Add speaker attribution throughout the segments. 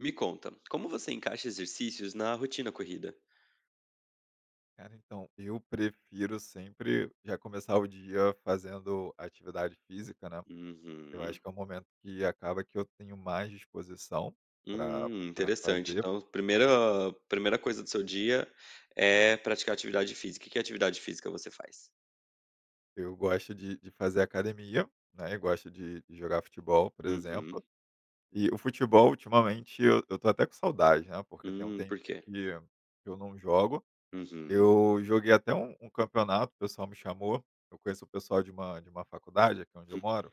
Speaker 1: Me conta, como você encaixa exercícios na rotina corrida?
Speaker 2: Cara, então, eu prefiro sempre já começar o dia fazendo atividade física, né? Eu
Speaker 1: Uhum.
Speaker 2: acho que é um momento que acaba que eu tenho mais disposição para para
Speaker 1: Interessante.
Speaker 2: fazer.
Speaker 1: Então, a primeira coisa do seu dia é praticar atividade física. Que atividade física você faz?
Speaker 2: Eu gosto de fazer academia, né? Eu gosto de jogar futebol, por exemplo.
Speaker 1: Uhum.
Speaker 2: E o futebol, ultimamente, eu tô até com saudade, né? Porque tem um
Speaker 1: Por
Speaker 2: tempinho
Speaker 1: quê?
Speaker 2: que eu não jogo.
Speaker 1: Uhum.
Speaker 2: Eu joguei até um campeonato, o pessoal me chamou. Eu conheço o pessoal de uma faculdade aqui onde eu
Speaker 1: Hum,
Speaker 2: moro.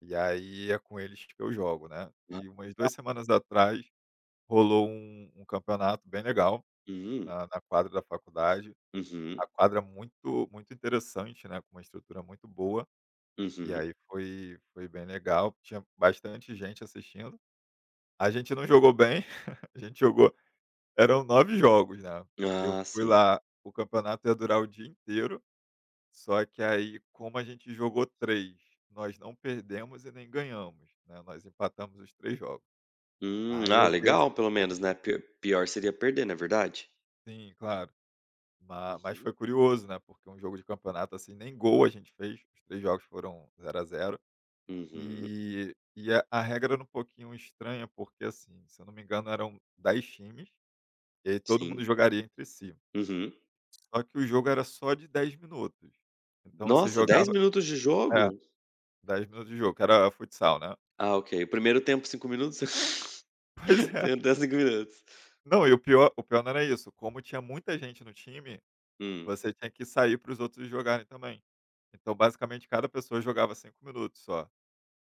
Speaker 2: E aí é com eles que eu jogo, né.
Speaker 1: ah,
Speaker 2: E umas 2 semanas atrás rolou um campeonato bem legal
Speaker 1: hum,
Speaker 2: na quadra da faculdade.
Speaker 1: uhum,
Speaker 2: A quadra muito muito interessante, né, com uma estrutura muito boa, e
Speaker 1: uhum.
Speaker 2: aí foi bem legal, tinha bastante gente assistindo. A gente não jogou bem, a gente jogou eram 9 jogos, né. Eu
Speaker 1: Ah,
Speaker 2: fui
Speaker 1: sim.
Speaker 2: lá, o campeonato ia durar o dia inteiro, só que aí como a gente jogou 3, nós não perdemos e nem ganhamos, né, nós empatamos os 3 jogos. Aí
Speaker 1: Ah,
Speaker 2: eu vi assim,
Speaker 1: legal, pelo menos, né? Pior seria perder, não é verdade?
Speaker 2: claro. Ma mas
Speaker 1: Uhum.
Speaker 2: foi curioso, né, porque um jogo de campeonato, assim, nem gol a gente fez, os 3 jogos foram zero a zero.
Speaker 1: Uhum.
Speaker 2: E a regra era um pouquinho estranha, porque, assim, se eu não me engano, eram 10 times, e aí todo mundo
Speaker 1: Sim.
Speaker 2: jogaria entre si.
Speaker 1: Uhum.
Speaker 2: Só que o jogo era só de 10 minutos. Então você
Speaker 1: Nossa, 10
Speaker 2: jogava,
Speaker 1: minutos de
Speaker 2: é,
Speaker 1: jogo?
Speaker 2: 10 minutos de jogo, que era futsal, né.
Speaker 1: Ah, ok. O primeiro tempo, 5 minutos?
Speaker 2: Pois é.
Speaker 1: Tentar segurar.
Speaker 2: Não, e o pior não era isso, como tinha muita gente no time,
Speaker 1: Hum,
Speaker 2: você tinha que sair para os outros jogarem também. Então, basicamente, cada pessoa jogava 5 minutos só.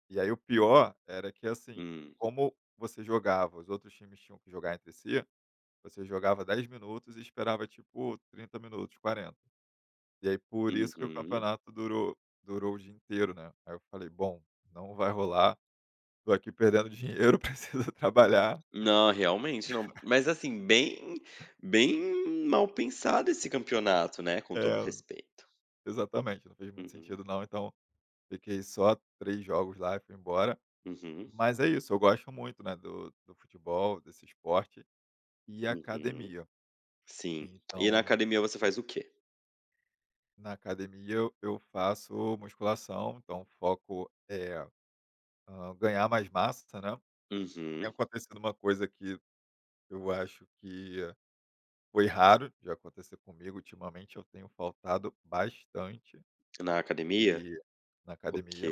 Speaker 2: E aí o pior era que, assim,
Speaker 1: hum,
Speaker 2: como você jogava, os outros times tinham que jogar entre si, você jogava 10 minutos e esperava, tipo, 30 minutos, 40. E aí por isso que o
Speaker 1: uhum.
Speaker 2: campeonato durou o dia inteiro, né. Aí eu falei: "Bom, não vai rolar, tô aqui perdendo dinheiro, preciso trabalhar".
Speaker 1: Não, realmente não. Mas assim, bem bem mal pensado esse campeonato, né, com
Speaker 2: É,
Speaker 1: todo respeito.
Speaker 2: exatamente, não fez muito
Speaker 1: Uhum,
Speaker 2: sentido não, então fiquei só 3 jogos lá e fui embora.
Speaker 1: uhum,
Speaker 2: Mas é isso, eu gosto muito, né, do futebol, desse esporte e
Speaker 1: uhum.
Speaker 2: academia.
Speaker 1: Sim. E na
Speaker 2: Então,
Speaker 1: academia você faz o quê?
Speaker 2: na academia eu faço musculação, então o foco é, ganhar mais massa, né. Tem
Speaker 1: Uhum.
Speaker 2: acontecido uma coisa que eu acho que foi raro de acontecer comigo, ultimamente eu tenho faltado bastante
Speaker 1: Na academia?
Speaker 2: e na
Speaker 1: Ok.
Speaker 2: academia.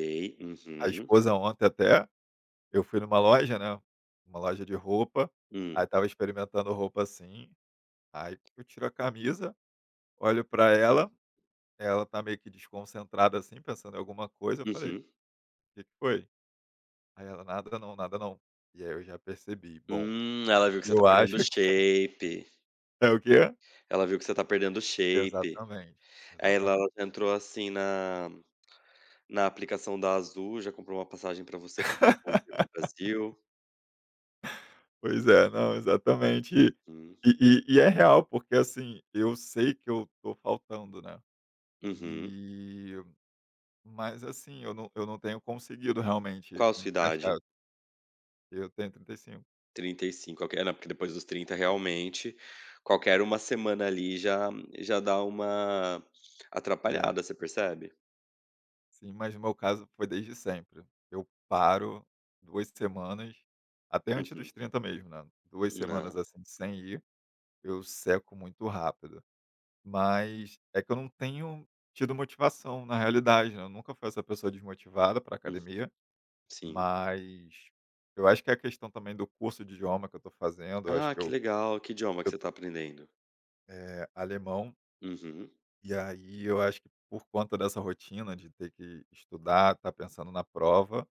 Speaker 2: A
Speaker 1: Uhum.
Speaker 2: esposa ontem até eu fui numa loja, né, uma loja de roupa, aí
Speaker 1: Hum,
Speaker 2: estava experimentando roupa, assim. Aí eu tiro a camisa, olho pra ela, ela tá meio que desconcentrada assim, pensando em alguma coisa. Eu falei: o
Speaker 1: uhum.
Speaker 2: "Que que foi?" Aí ela: "Nada não, nada não". E aí eu já percebi, bom,
Speaker 1: Ela viu que você tá
Speaker 2: eu
Speaker 1: perdendo
Speaker 2: acho que
Speaker 1: shape.
Speaker 2: é o quê?
Speaker 1: Ela viu que você tá perdendo shape.
Speaker 2: Exatamente,
Speaker 1: Aí ela
Speaker 2: exatamente.
Speaker 1: já entrou assim na Na aplicação da Azul, já comprou uma passagem pra você devolver para o Brasil.
Speaker 2: Pois é, não, exatamente. E
Speaker 1: Uhum,
Speaker 2: e é real, porque assim, eu sei que eu tô faltando, né.
Speaker 1: uhum.
Speaker 2: E mas assim, eu não tenho conseguido realmente
Speaker 1: Qual a sua
Speaker 2: encaixar.
Speaker 1: idade?
Speaker 2: Eu tenho 35.
Speaker 1: 35. Ok. É, não, porque depois dos 30, realmente, qualquer uma semana ali já dá uma
Speaker 2: É.
Speaker 1: atrapalhada, você percebe?
Speaker 2: Sim, mas no meu caso foi desde sempre. Eu paro 2 semanas, até antes dos
Speaker 1: Uhum.
Speaker 2: 30 mesmo, né, 2 semanas,
Speaker 1: Não.
Speaker 2: assim, sem ir, eu seco muito rápido. Mas é que eu não tenho tido motivação na realidade, né, eu nunca fui essa pessoa desmotivada para
Speaker 1: Uhum,
Speaker 2: academia,
Speaker 1: sim.
Speaker 2: mas eu acho que é a questão também do curso de idioma que eu tô fazendo, eu acho
Speaker 1: Ah,
Speaker 2: que
Speaker 1: que
Speaker 2: eu
Speaker 1: legal. Que idioma que
Speaker 2: eu
Speaker 1: você
Speaker 2: tô
Speaker 1: está aprendendo?
Speaker 2: eh, alemão,
Speaker 1: Uhum.
Speaker 2: e aí eu acho que por conta dessa rotina de ter que estudar, tá pensando na prova.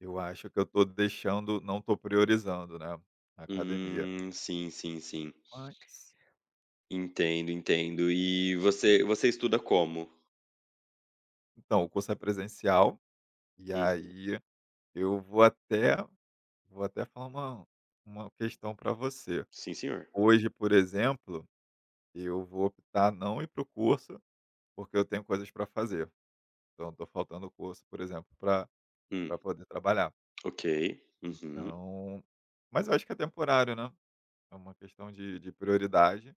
Speaker 2: Eu acho que eu tô deixando, não tô priorizando, né, a academia.
Speaker 1: Sim, sim, sim.
Speaker 2: Mas
Speaker 1: Entendo, entendo. E você estuda como?
Speaker 2: então, o curso é presencial, e
Speaker 1: Uhum.
Speaker 2: aí eu vou até falar uma questão para você.
Speaker 1: Sim, senhor.
Speaker 2: Hoje, por exemplo, eu vou optar não ir pro curso, porque eu tenho coisas para fazer. Então estou faltando o curso, por exemplo, para pra
Speaker 1: Hum.
Speaker 2: poder trabalhar.
Speaker 1: Ok. Uhum.
Speaker 2: Então mas eu acho que é temporário, né, é uma questão de prioridade.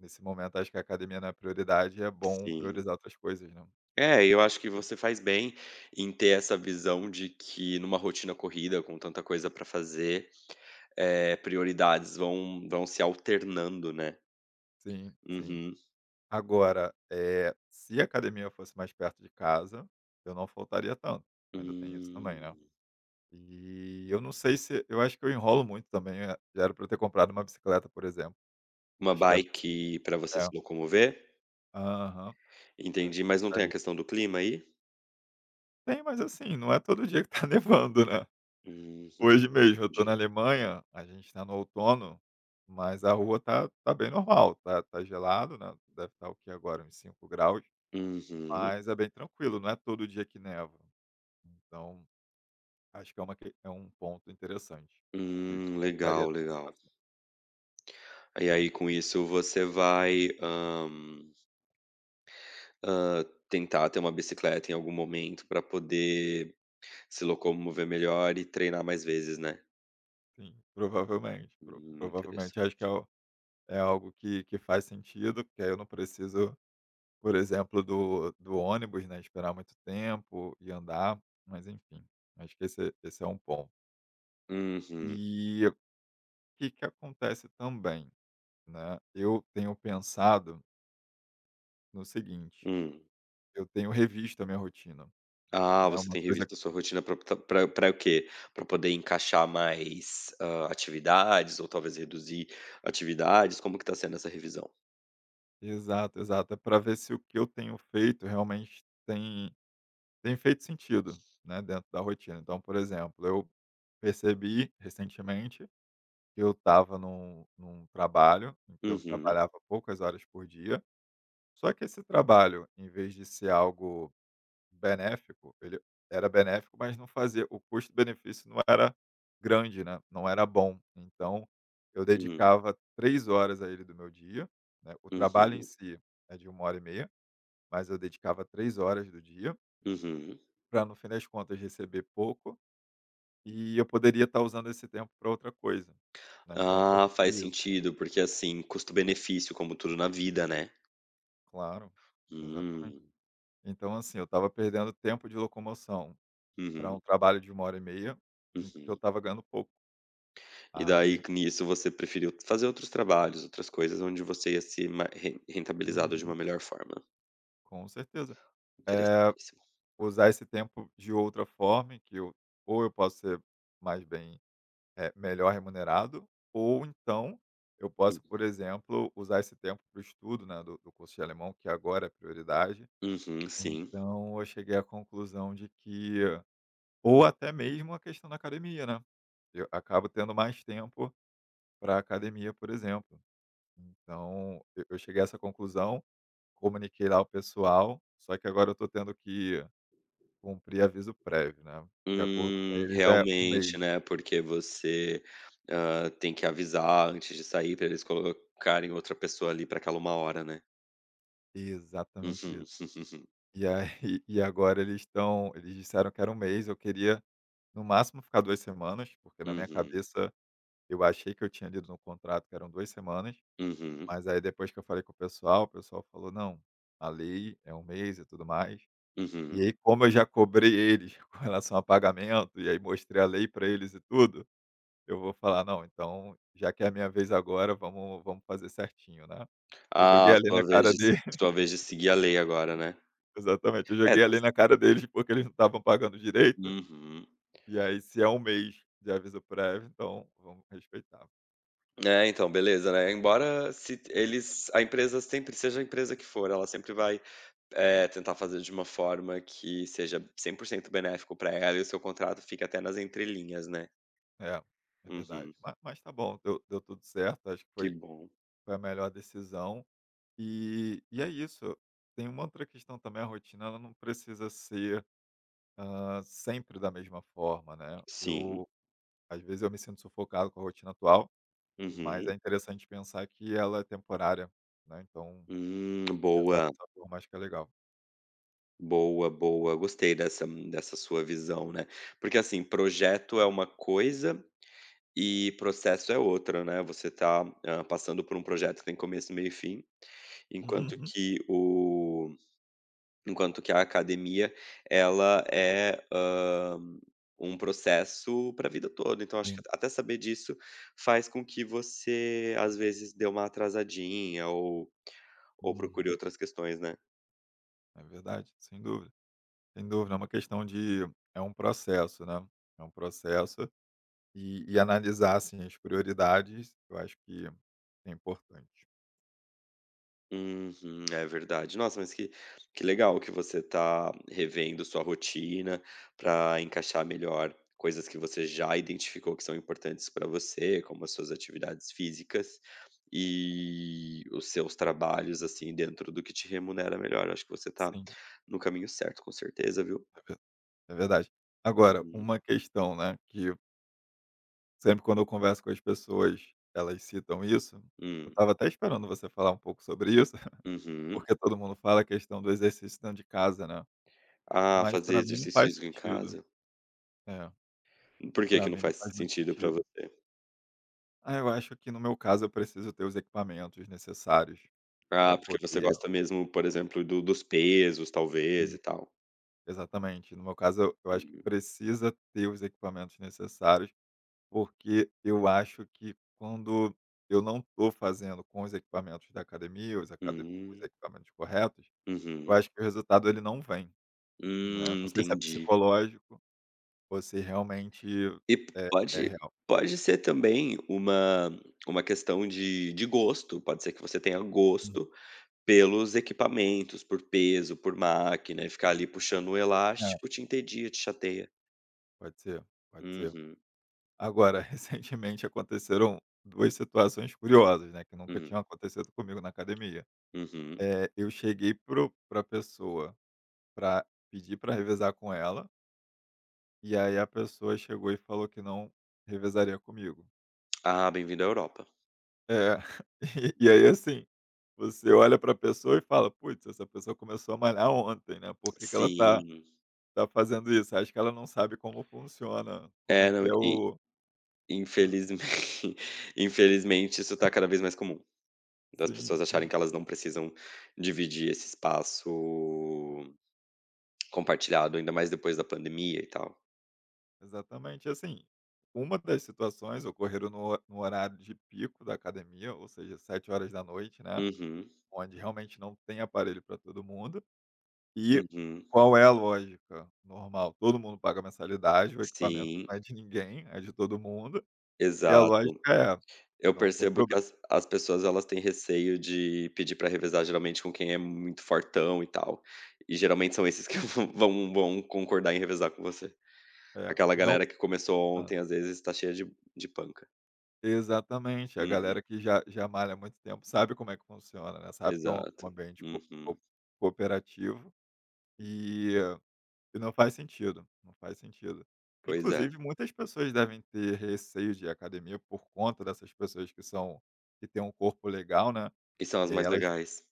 Speaker 2: Nesse momento, acho que a academia não é prioridade e é bom
Speaker 1: Sim.
Speaker 2: priorizar outras coisas, né.
Speaker 1: É, eu acho que você faz bem em ter essa visão de que numa rotina corrida, com tanta coisa pra fazer, prioridades vão se alternando, né.
Speaker 2: Sim, sim.
Speaker 1: Uhum.
Speaker 2: Agora, é, se a academia fosse mais perto de casa, eu não faltaria tanto, ainda tem isso também, né.
Speaker 1: Hum.
Speaker 2: E eu não sei se eu acho que eu enrolo muito também, já era para eu ter comprado uma bicicleta, por exemplo.
Speaker 1: Uma
Speaker 2: Acho que a bicicleta
Speaker 1: bike pra você se locomover?
Speaker 2: Aham, acho
Speaker 1: Entendi,
Speaker 2: que
Speaker 1: mas não tem a
Speaker 2: ajudaria.
Speaker 1: questão do clima aí?
Speaker 2: Tem, mas assim, não é todo dia que tá nevando, né.
Speaker 1: Uhum,
Speaker 2: Hoje mesmo eu tô na
Speaker 1: entendi.
Speaker 2: Alemanha, a gente tá no outono, mas a rua tá bem normal, tá gelado, né, deve estar o que agora, uns 5 graus,
Speaker 1: Uhum.
Speaker 2: mas é bem tranquilo, não é todo dia que neva. Então, acho que é uma que é um ponto interessante, que me ajudaria a
Speaker 1: Legal,
Speaker 2: ter
Speaker 1: legal.
Speaker 2: motivação.
Speaker 1: E aí com isso você vai, Hã, tentar ter uma bicicleta em algum momento para poder se locomover melhor e treinar mais vezes, né.
Speaker 2: Sim, provavelmente, pro provavelmente acho que é
Speaker 1: Interessante.
Speaker 2: o é algo que faz sentido, porque aí eu não preciso, por exemplo, do ônibus, né, esperar muito tempo e andar, mas enfim, acho que esse é um ponto.
Speaker 1: Uhum.
Speaker 2: E o que que acontece também, né, eu tenho pensado no seguinte,
Speaker 1: Hum.
Speaker 2: eu tenho revisto a minha rotina,
Speaker 1: Ah,
Speaker 2: né,
Speaker 1: você
Speaker 2: uma
Speaker 1: tem
Speaker 2: coisa,
Speaker 1: revisto a sua rotina para optar o quê? Para poder encaixar mais, atividades ou talvez reduzir atividades? Como que tá sendo essa revisão?
Speaker 2: exato, exato, é pra ver se o que eu tenho feito realmente tem feito sentido, né, dentro da rotina. Então, por exemplo, eu percebi recentemente que eu estava num trabalho em que eu
Speaker 1: Uhum,
Speaker 2: trabalhava poucas horas por dia, só que esse trabalho, em vez de ser algo benéfico, ele era benéfico, mas não fazia, o custo-benefício não era grande, né, não era bom. Então, eu
Speaker 1: hum,
Speaker 2: dedicava 3 horas a ele do meu dia, né, o trabalho em
Speaker 1: uhum,
Speaker 2: si é de uma hora e meia, mas eu dedicava 3 horas do dia,
Speaker 1: uhum.
Speaker 2: para, no fim das contas, receber pouco, e eu poderia estar usando esse tempo para outra coisa, né, então eu
Speaker 1: Ah, faz
Speaker 2: percebi isso.
Speaker 1: sentido, porque assim, custo-benefício como tudo na vida, né.
Speaker 2: Claro, exatamente.
Speaker 1: Hum.
Speaker 2: Então assim, eu estava perdendo tempo de locomoção para um
Speaker 1: Uhum,
Speaker 2: trabalho de uma hora e meia, em que eu
Speaker 1: uhum.
Speaker 2: estava ganhando pouco.
Speaker 1: E daí
Speaker 2: Aí
Speaker 1: que nisso você preferiu fazer outros trabalhos, outras coisas onde você ia ser ma re
Speaker 2: uhum,
Speaker 1: rentabilizado de uma melhor forma.
Speaker 2: com certeza. Eh,
Speaker 1: Interessantíssimo.
Speaker 2: Usar esse tempo de outra forma em que eu, ou eu posso ser mais bem melhor remunerado, ou então eu posso, por exemplo, usar esse tempo para o estudo, né, do curso de alemão, que agora é prioridade.
Speaker 1: Uhum, sim.
Speaker 2: Então eu cheguei à conclusão de que, ou até mesmo a questão da academia, né. Eu acabo tendo mais tempo para academia, por exemplo. Então eu cheguei a essa conclusão. Comuniquei lá o pessoal, só que agora eu tô tendo que cumprir aviso prévio, né. De acordo com eles é um mês.
Speaker 1: Realmente, né, porque você, tem que avisar antes de sair para eles colocarem outra pessoa ali para aquela uma hora, né.
Speaker 2: Exatamente
Speaker 1: Uhum.
Speaker 2: isso. E aí e agora eles disseram que era um mês, eu queria no máximo ficar 2 semanas, porque na minha
Speaker 1: Uhum.
Speaker 2: cabeça eu achei que eu tinha lido no contrato que eram 2 semanas,
Speaker 1: Uhum.
Speaker 2: mas aí depois que eu falei com o pessoal falou: "Não, a lei é um mês e tudo mais". E
Speaker 1: Uhum.
Speaker 2: aí como eu já cobrei eles com relação a pagamento, e aí mostrei a lei para eles e tudo, eu vou falar: "Não, então, já que é a minha vez agora, vamos fazer certinho, né". Eu joguei
Speaker 1: Ah,
Speaker 2: ali na
Speaker 1: sua vez
Speaker 2: cara
Speaker 1: de se
Speaker 2: dele
Speaker 1: sua vez de seguir a lei agora, né.
Speaker 2: exatamente, eu
Speaker 1: É,
Speaker 2: joguei
Speaker 1: tá
Speaker 2: ali
Speaker 1: c
Speaker 2: na cara deles, porque eles não estavam pagando direito,
Speaker 1: uhum.
Speaker 2: e aí se é um mês de aviso prévio, então vamos respeitar.
Speaker 1: É, então, beleza, né. Embora se eles a empresa sempre seja a empresa que for, ela sempre vai, tentar fazer de uma forma que seja 100% benéfico para ela e o seu contrato fica até nas entrelinhas, né.
Speaker 2: É, é verdade.
Speaker 1: Uhum.
Speaker 2: Ma mas tá bom, deu tudo certo, acho que
Speaker 1: Que
Speaker 2: foi
Speaker 1: bom.
Speaker 2: a melhor decisão. E é isso. Tem uma outra questão também, a rotina ela não precisa ser, sempre da mesma forma, né.
Speaker 1: Sim.
Speaker 2: Eu às vezes eu me sinto sufocado com a rotina atual. Mas é
Speaker 1: Uhum.
Speaker 2: interessante pensar que ela é temporária, né, então pensar
Speaker 1: Boa,
Speaker 2: dessa forma acho que é legal.
Speaker 1: boa, boa. Gostei dessa sua visão, né. Porque, assim, projeto é uma coisa e processo é outra, né. Você tá passando por um projeto que tem começo, meio e fim, enquanto
Speaker 2: Uhum,
Speaker 1: que o Enquanto que a academia, ela é um processo para a vida toda, então acho que
Speaker 2: sim.
Speaker 1: até saber disso faz com que você, às vezes, dê uma atrasadinha ou procure
Speaker 2: Uhum.
Speaker 1: outras questões, né.
Speaker 2: É verdade, sem dúvida, sem dúvida. É uma questão de, é um processo, né, é um processo e analisar, assim, as prioridades, eu acho que é importante.
Speaker 1: Uhum, é verdade. Nossa, mas que legal que você tá revendo sua rotina para encaixar melhor coisas que você já identificou que são importantes para você, como as suas atividades físicas e os seus trabalhos, assim, dentro do que te remunera melhor. Acho que você tá
Speaker 2: Sim,
Speaker 1: no caminho certo, com certeza, viu?
Speaker 2: é ver é verdade. Agora,
Speaker 1: Uhum.
Speaker 2: uma questão, né, que sempre quando eu converso com as pessoas, elas citam isso, eu
Speaker 1: Hum,
Speaker 2: estava até esperando você falar um pouco sobre isso.
Speaker 1: uhum.
Speaker 2: Porque todo mundo fala a questão do exercício dentro de casa, né,
Speaker 1: Ah,
Speaker 2: mas
Speaker 1: fazer
Speaker 2: para mim não
Speaker 1: exercício
Speaker 2: faz
Speaker 1: físico em
Speaker 2: sentido.
Speaker 1: casa?
Speaker 2: É,
Speaker 1: Por que
Speaker 2: para
Speaker 1: que não
Speaker 2: mim não
Speaker 1: faz
Speaker 2: faz muito
Speaker 1: sentido para
Speaker 2: sentido.
Speaker 1: você?
Speaker 2: Ah, eu acho que no meu caso eu preciso ter os equipamentos necessários para
Speaker 1: Ah, porque você
Speaker 2: poder,
Speaker 1: gosta mesmo, por exemplo, do dos pesos, talvez,
Speaker 2: sim,
Speaker 1: e tal.
Speaker 2: exatamente. No meu caso eu acho que
Speaker 1: Uhum.
Speaker 2: precisa ter os equipamentos necessários, porque eu acho que quando eu não estou fazendo com os equipamentos da academia, os
Speaker 1: Hum.
Speaker 2: equipamentos corretos, eu
Speaker 1: Uhum.
Speaker 2: acho que o resultado ele não vem, né. Não sei se é
Speaker 1: Entendi.
Speaker 2: psicológico. Você realmente
Speaker 1: E p-
Speaker 2: é, é
Speaker 1: pode
Speaker 2: real.
Speaker 1: pode ser também uma questão de gosto, pode ser que você tenha
Speaker 2: Hum.
Speaker 1: gosto pelos equipamentos, por peso, por máquina, e ficar ali puxando o
Speaker 2: É,
Speaker 1: elástico te entedia, te chateia.
Speaker 2: pode ser, pode ser.
Speaker 1: Uhum.
Speaker 2: Agora, recentemente aconteceram 2 situações curiosas, né, que nunca
Speaker 1: Hum.
Speaker 2: tinham acontecido comigo na academia.
Speaker 1: Uhum.
Speaker 2: Eu cheguei pro o para pessoa pra pedir pra revezar com ela, e aí a pessoa chegou e falou que não revezaria comigo.
Speaker 1: Ah, bem-vindo à Europa.
Speaker 2: É. E e aí, assim, você olha pra pessoa e fala: "Putz, essa pessoa começou a malhar ontem, né, por que que ela tá
Speaker 1: Sim.
Speaker 2: Tá fazendo isso. Acho que ela não sabe como funciona, como
Speaker 1: É,
Speaker 2: é que
Speaker 1: não,
Speaker 2: é
Speaker 1: in
Speaker 2: o hã,
Speaker 1: infelizmen infelizmente isso tá cada vez mais comum. Das
Speaker 2: sim,
Speaker 1: pessoas acharem
Speaker 2: sim,
Speaker 1: que elas não precisam dividir esse espaço compartilhado, ainda mais depois da pandemia e tal.
Speaker 2: exatamente. Assim, uma das situações ocorreram no ho no horário de pico da academia, ou seja, 7 horas da noite, né,
Speaker 1: Uhum,
Speaker 2: onde realmente não tem aparelho para todo mundo. E
Speaker 1: uhum.
Speaker 2: qual é a lógica? Normal, todo mundo paga mensalidade, o equipamento
Speaker 1: Sim,
Speaker 2: não é de ninguém, é de todo mundo, e a
Speaker 1: exato.
Speaker 2: lógica é:
Speaker 1: Eu
Speaker 2: não tem
Speaker 1: percebo que
Speaker 2: problema,
Speaker 1: as pessoas elas têm receio de pedir para revezar geralmente com quem é muito fortão e tal, e geralmente são esses que vão concordar em revezar com você.
Speaker 2: é,
Speaker 1: Aquela
Speaker 2: não.
Speaker 1: galera que começou ontem, às vezes, tá cheia de panca.
Speaker 2: Exatamente, a
Speaker 1: Uhum,
Speaker 2: galera que já malha há muito tempo sabe como é que funciona, né, sabe que é um
Speaker 1: exato.
Speaker 2: ambiente co co
Speaker 1: Uhum.
Speaker 2: cooperativo e e não faz sentido, não faz sentido.
Speaker 1: Pois é.
Speaker 2: Inclusive muitas pessoas devem ter receio de ir à academia por conta dessas pessoas que são que têm um corpo legal, né,
Speaker 1: E são as
Speaker 2: e aí
Speaker 1: mais
Speaker 2: elas,
Speaker 1: legais.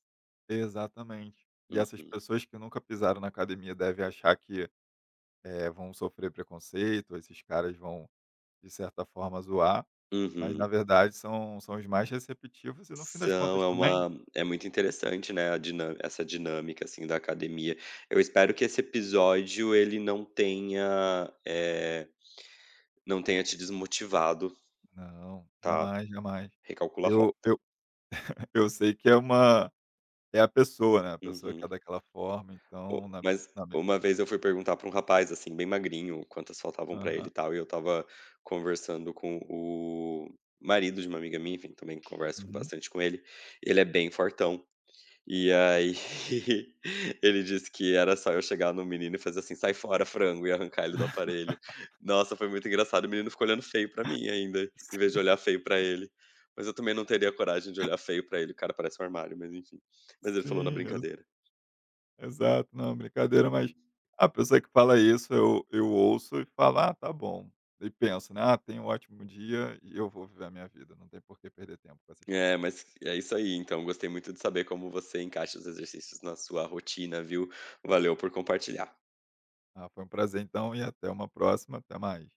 Speaker 2: exatamente. E essas
Speaker 1: Uhum,
Speaker 2: pessoas que nunca pisaram na academia devem achar que, vão sofrer preconceito, esses caras vão, de certa forma, zoar, mas na
Speaker 1: uhum.
Speaker 2: verdade são são os mais receptivos e no fim das contas
Speaker 1: São, é
Speaker 2: também
Speaker 1: uma é muito interessante, né, a dinâmi essa dinâmica, assim, da academia. Eu espero que esse episódio ele não tenha te desmotivado,
Speaker 2: não,
Speaker 1: tá.
Speaker 2: jamais, jamais.
Speaker 1: Recalcula a
Speaker 2: Eu
Speaker 1: rota.
Speaker 2: eu eu sei que é uma, é a pessoa, né, a pessoa que
Speaker 1: Uhum.
Speaker 2: é daquela forma,
Speaker 1: O
Speaker 2: então na
Speaker 1: mas
Speaker 2: na me
Speaker 1: uma vez eu fui perguntar para um rapaz, assim, bem magrinho, quantas faltavam para ele
Speaker 2: aham,
Speaker 1: e tal, e eu estava conversando com o marido de uma amiga minha, enfim, também converso
Speaker 2: uhum.
Speaker 1: bastante com ele, ele é bem fortão. E aí, ele disse que era só eu chegar no menino e fazer assim: "Sai fora, frango", e arrancar ele do aparelho. Nossa, foi muito engraçado, o menino ficou olhando feio pra mim ainda, em vez de olhar feio pra ele. Mas eu também não teria coragem de olhar feio pra ele, o cara parece um armário, mas enfim. Mas ele falou na
Speaker 2: sim,
Speaker 1: brincadeira.
Speaker 2: exato, não, brincadeira, mas
Speaker 1: Uhum.
Speaker 2: a pessoa que fala isso eu ouço e falo: "Ah, tá bom", e penso, né: "Ah, tenha um ótimo dia e eu vou viver a minha vida, não tem por que perder tempo com essas
Speaker 1: É,
Speaker 2: pessoas".
Speaker 1: mas é isso aí, então, gostei muito de saber como você encaixa os exercícios na sua rotina, viu. Valeu por compartilhar.
Speaker 2: Ah, foi um prazer então e até uma próxima, até mais.